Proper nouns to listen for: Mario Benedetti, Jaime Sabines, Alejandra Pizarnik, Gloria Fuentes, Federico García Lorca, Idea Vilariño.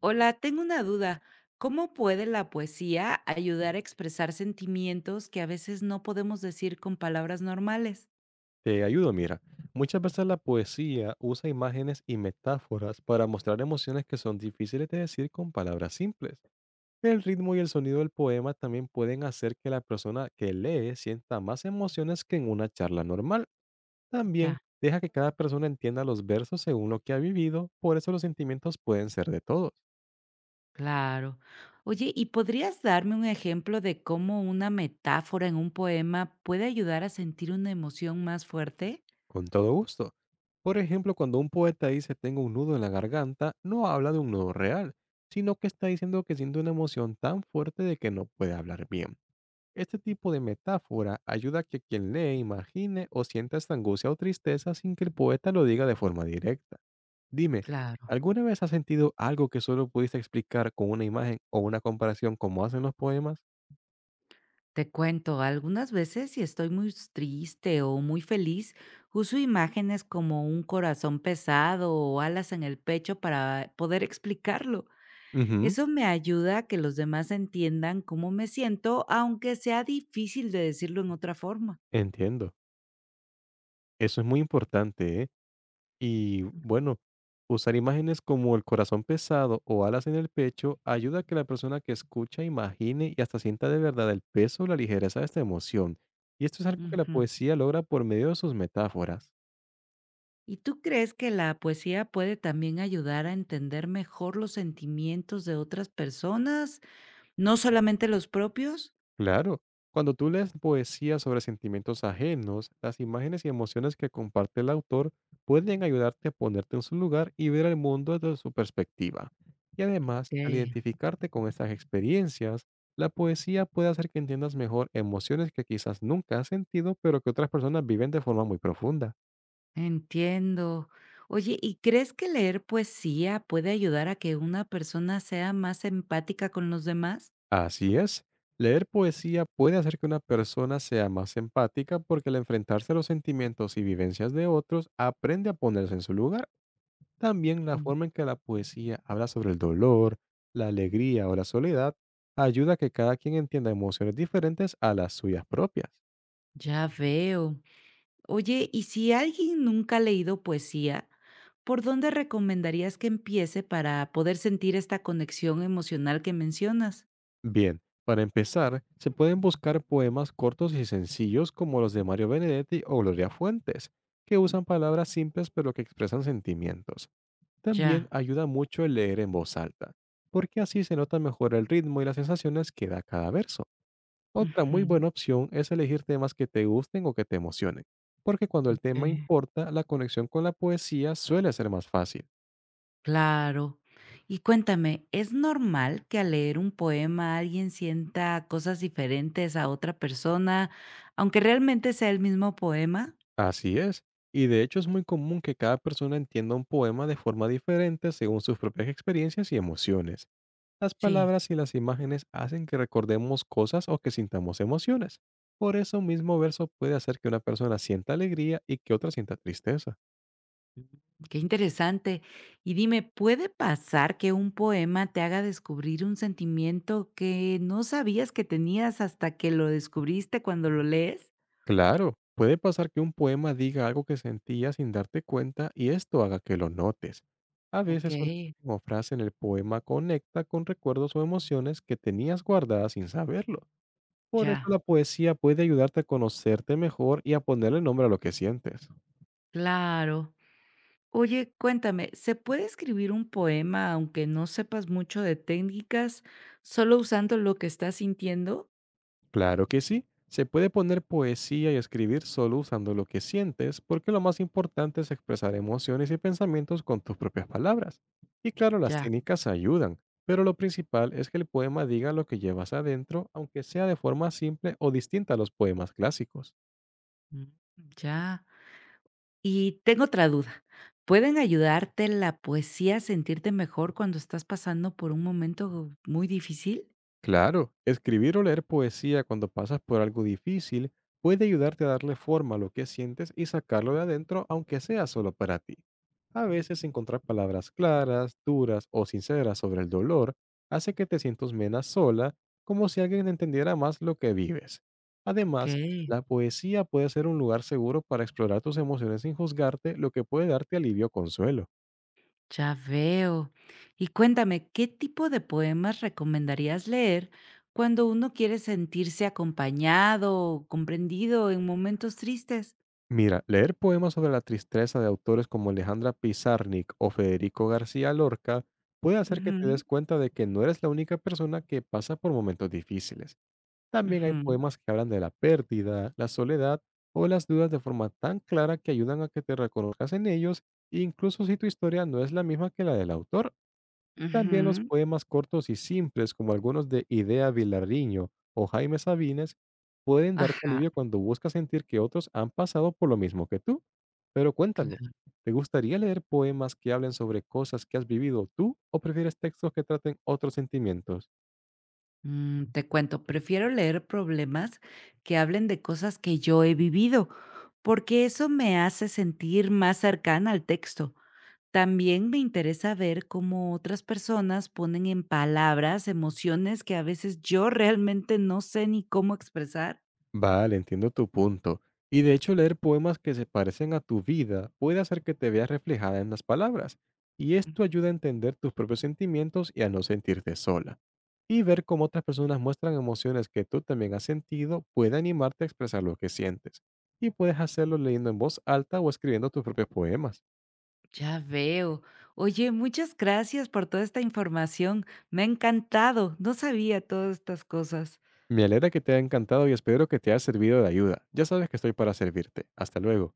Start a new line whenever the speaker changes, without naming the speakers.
Hola, tengo una duda. ¿Cómo puede la poesía ayudar a expresar sentimientos que a veces no podemos decir con palabras normales?
Te ayudo, mira. Muchas veces la poesía usa imágenes y metáforas para mostrar emociones que son difíciles de decir con palabras simples. El ritmo y el sonido del poema también pueden hacer que la persona que lee sienta más emociones que en una charla normal. También
Ya,
deja que cada persona entienda los versos según lo que ha vivido, por eso los sentimientos pueden ser de todos.
claro. Oye, ¿y podrías darme un ejemplo de cómo una metáfora en un poema puede ayudar a sentir una emoción más fuerte?
Con todo gusto. Por ejemplo, cuando un poeta dice tengo un nudo en la garganta, no habla de un nudo real, sino que está diciendo que siente una emoción tan fuerte de que no puede hablar bien. Este tipo de metáfora ayuda a que quien lee imagine o sienta esta angustia o tristeza sin que el poeta lo diga de forma directa. Dime,
Claro.
¿alguna vez has sentido algo que solo pudiste explicar con una imagen o una comparación como hacen los poemas?
Te cuento, algunas veces si estoy muy triste o muy feliz, uso imágenes como un corazón pesado o alas en el pecho para poder explicarlo.
Ujú.
Eso me ayuda a que los demás entiendan cómo me siento, aunque sea difícil de decirlo en otra forma.
Entiendo. Eso es muy importante, ¿eh? Y bueno, usar imágenes como el corazón pesado o alas en el pecho ayuda a que la persona que escucha imagine y hasta sienta de verdad el peso o la ligereza de esta emoción. Y esto es algo que la
Ujú.
poesía logra por medio de sus metáforas.
¿Y tú crees que la poesía puede también ayudar a entender mejor los sentimientos de otras personas, no solamente los propios?
Claro, cuando tú lees poesía sobre sentimientos ajenos, las imágenes y emociones que comparte el autor pueden ayudarte a ponerte en su lugar y ver el mundo desde su perspectiva. Y además, al
Ok.
identificarte con estas experiencias, la poesía puede hacer que entiendas mejor emociones que quizás nunca has sentido, pero que otras personas viven de forma muy profunda.
Entiendo. Oye, ¿y crees que leer poesía puede ayudar a que una persona sea más empática con los demás?
Así es, leer poesía puede hacer que una persona sea más empática porque al enfrentarse a los sentimientos y vivencias de otros, aprende a ponerse en su lugar. También la
Mm.
forma en que la poesía habla sobre el dolor, la alegría o la soledad ayuda a que cada quien entienda emociones diferentes a las suyas propias.
Ya veo. Oye, ¿y si alguien nunca ha leído poesía, por dónde recomendarías que empiece para poder sentir esta conexión emocional que mencionas?
Bien, para empezar, se pueden buscar poemas cortos y sencillos como los de Mario Benedetti o Gloria Fuentes, que usan palabras simples pero que expresan sentimientos. También
Ya.
ayuda mucho el leer en voz alta, porque así se nota mejor el ritmo y las sensaciones que da cada verso. Otra muy
Ujú.
buena opción es elegir temas que te gusten o que te emocionen, porque cuando el tema
Ok.
importa, la conexión con la poesía suele ser más fácil.
Claro. Y cuéntame, ¿es normal que al leer un poema alguien sienta cosas diferentes a otra persona, aunque realmente sea el mismo poema?
Así es, y de hecho es muy común que cada persona entienda un poema de forma diferente según sus propias experiencias y emociones. Las
Sí.
palabras y las imágenes hacen que recordemos cosas o que sintamos emociones. Por eso un mismo verso puede hacer que una persona sienta alegría y que otra sienta tristeza.
Qué interesante. Y dime, ¿puede pasar que un poema te haga descubrir un sentimiento que no sabías que tenías hasta que lo descubriste cuando lo lees?
Claro, puede pasar que un poema diga algo que sentías sin darte cuenta y esto haga que lo notes. A
Ok,
veces una imagen o frase en el poema conecta con recuerdos o emociones que tenías guardadas sin saberlo. Por eso
ya,
la poesía puede ayudarte a conocerte mejor y a ponerle nombre a lo que sientes.
claro. Oye, cuéntame, ¿se puede escribir un poema aunque no sepas mucho de técnicas, solo usando lo que estás sintiendo?
Claro que sí. Se puede poner poesía y escribir solo usando lo que sientes, porque lo más importante es expresar emociones y pensamientos con tus propias palabras. Y claro, las
Ya.
técnicas ayudan, pero lo principal es que el poema diga lo que llevas adentro, aunque sea de forma simple o distinta a los poemas clásicos.
Mm, Ya. Y tengo otra duda. ¿Pueden ayudarte la poesía a sentirte mejor cuando estás pasando por un momento muy difícil?
Claro, escribir o leer poesía cuando pasas por algo difícil puede ayudarte a darle forma a lo que sientes y sacarlo de adentro, aunque sea solo para ti. A veces encontrar palabras claras, duras o sinceras sobre el dolor hace que te sientas menos sola, como si alguien entendiera más lo que vives.
Ok.
Además, la poesía puede ser un lugar seguro para explorar tus emociones sin juzgarte, lo que puede darte alivio o consuelo.
Ya veo. Y cuéntame, ¿qué tipo de poemas recomendarías leer cuando uno quiere sentirse acompañado o comprendido en momentos tristes?
Mira, leer poemas sobre la tristeza de autores como Alejandra Pizarnik o Federico García Lorca puede hacer que te des cuenta de que no eres la única persona que pasa por momentos difíciles. También hay
Ujú,
poemas que hablan de la pérdida, la soledad o las dudas de forma tan clara que ayudan a que te reconozcas en ellos, incluso si tu historia no es la misma que la del autor. También los
ujú.
poemas cortos y simples, como algunos de Idea Vilariño o Jaime Sabines, pueden darte
Ajá,
alivio cuando buscas sentir que otros han pasado por lo mismo que tú. Pero cuéntame,
claro.
¿te gustaría leer poemas que hablen sobre cosas que has vivido tú o prefieres textos que traten otros sentimientos?
Te cuento, prefiero leer problemas que hablen de cosas que yo he vivido, porque eso me hace sentir más cercana al texto. También me interesa ver cómo otras personas ponen en palabras emociones que a veces yo realmente no sé ni cómo expresar.
Vale, entiendo tu punto. Y de hecho, leer poemas que se parecen a tu vida puede hacer que te veas reflejada en las palabras, y esto ayuda a entender tus propios sentimientos y a no sentirte sola. Y ver cómo otras personas muestran emociones que tú también has sentido puede animarte a expresar lo que sientes. Y puedes hacerlo leyendo en voz alta o escribiendo tus propios poemas.
Ya veo. Oye, muchas gracias por toda esta información. Me ha encantado. No sabía todas estas cosas.
Me alegra que te haya encantado y espero que te haya servido de ayuda. Ya sabes que estoy para servirte. Hasta luego.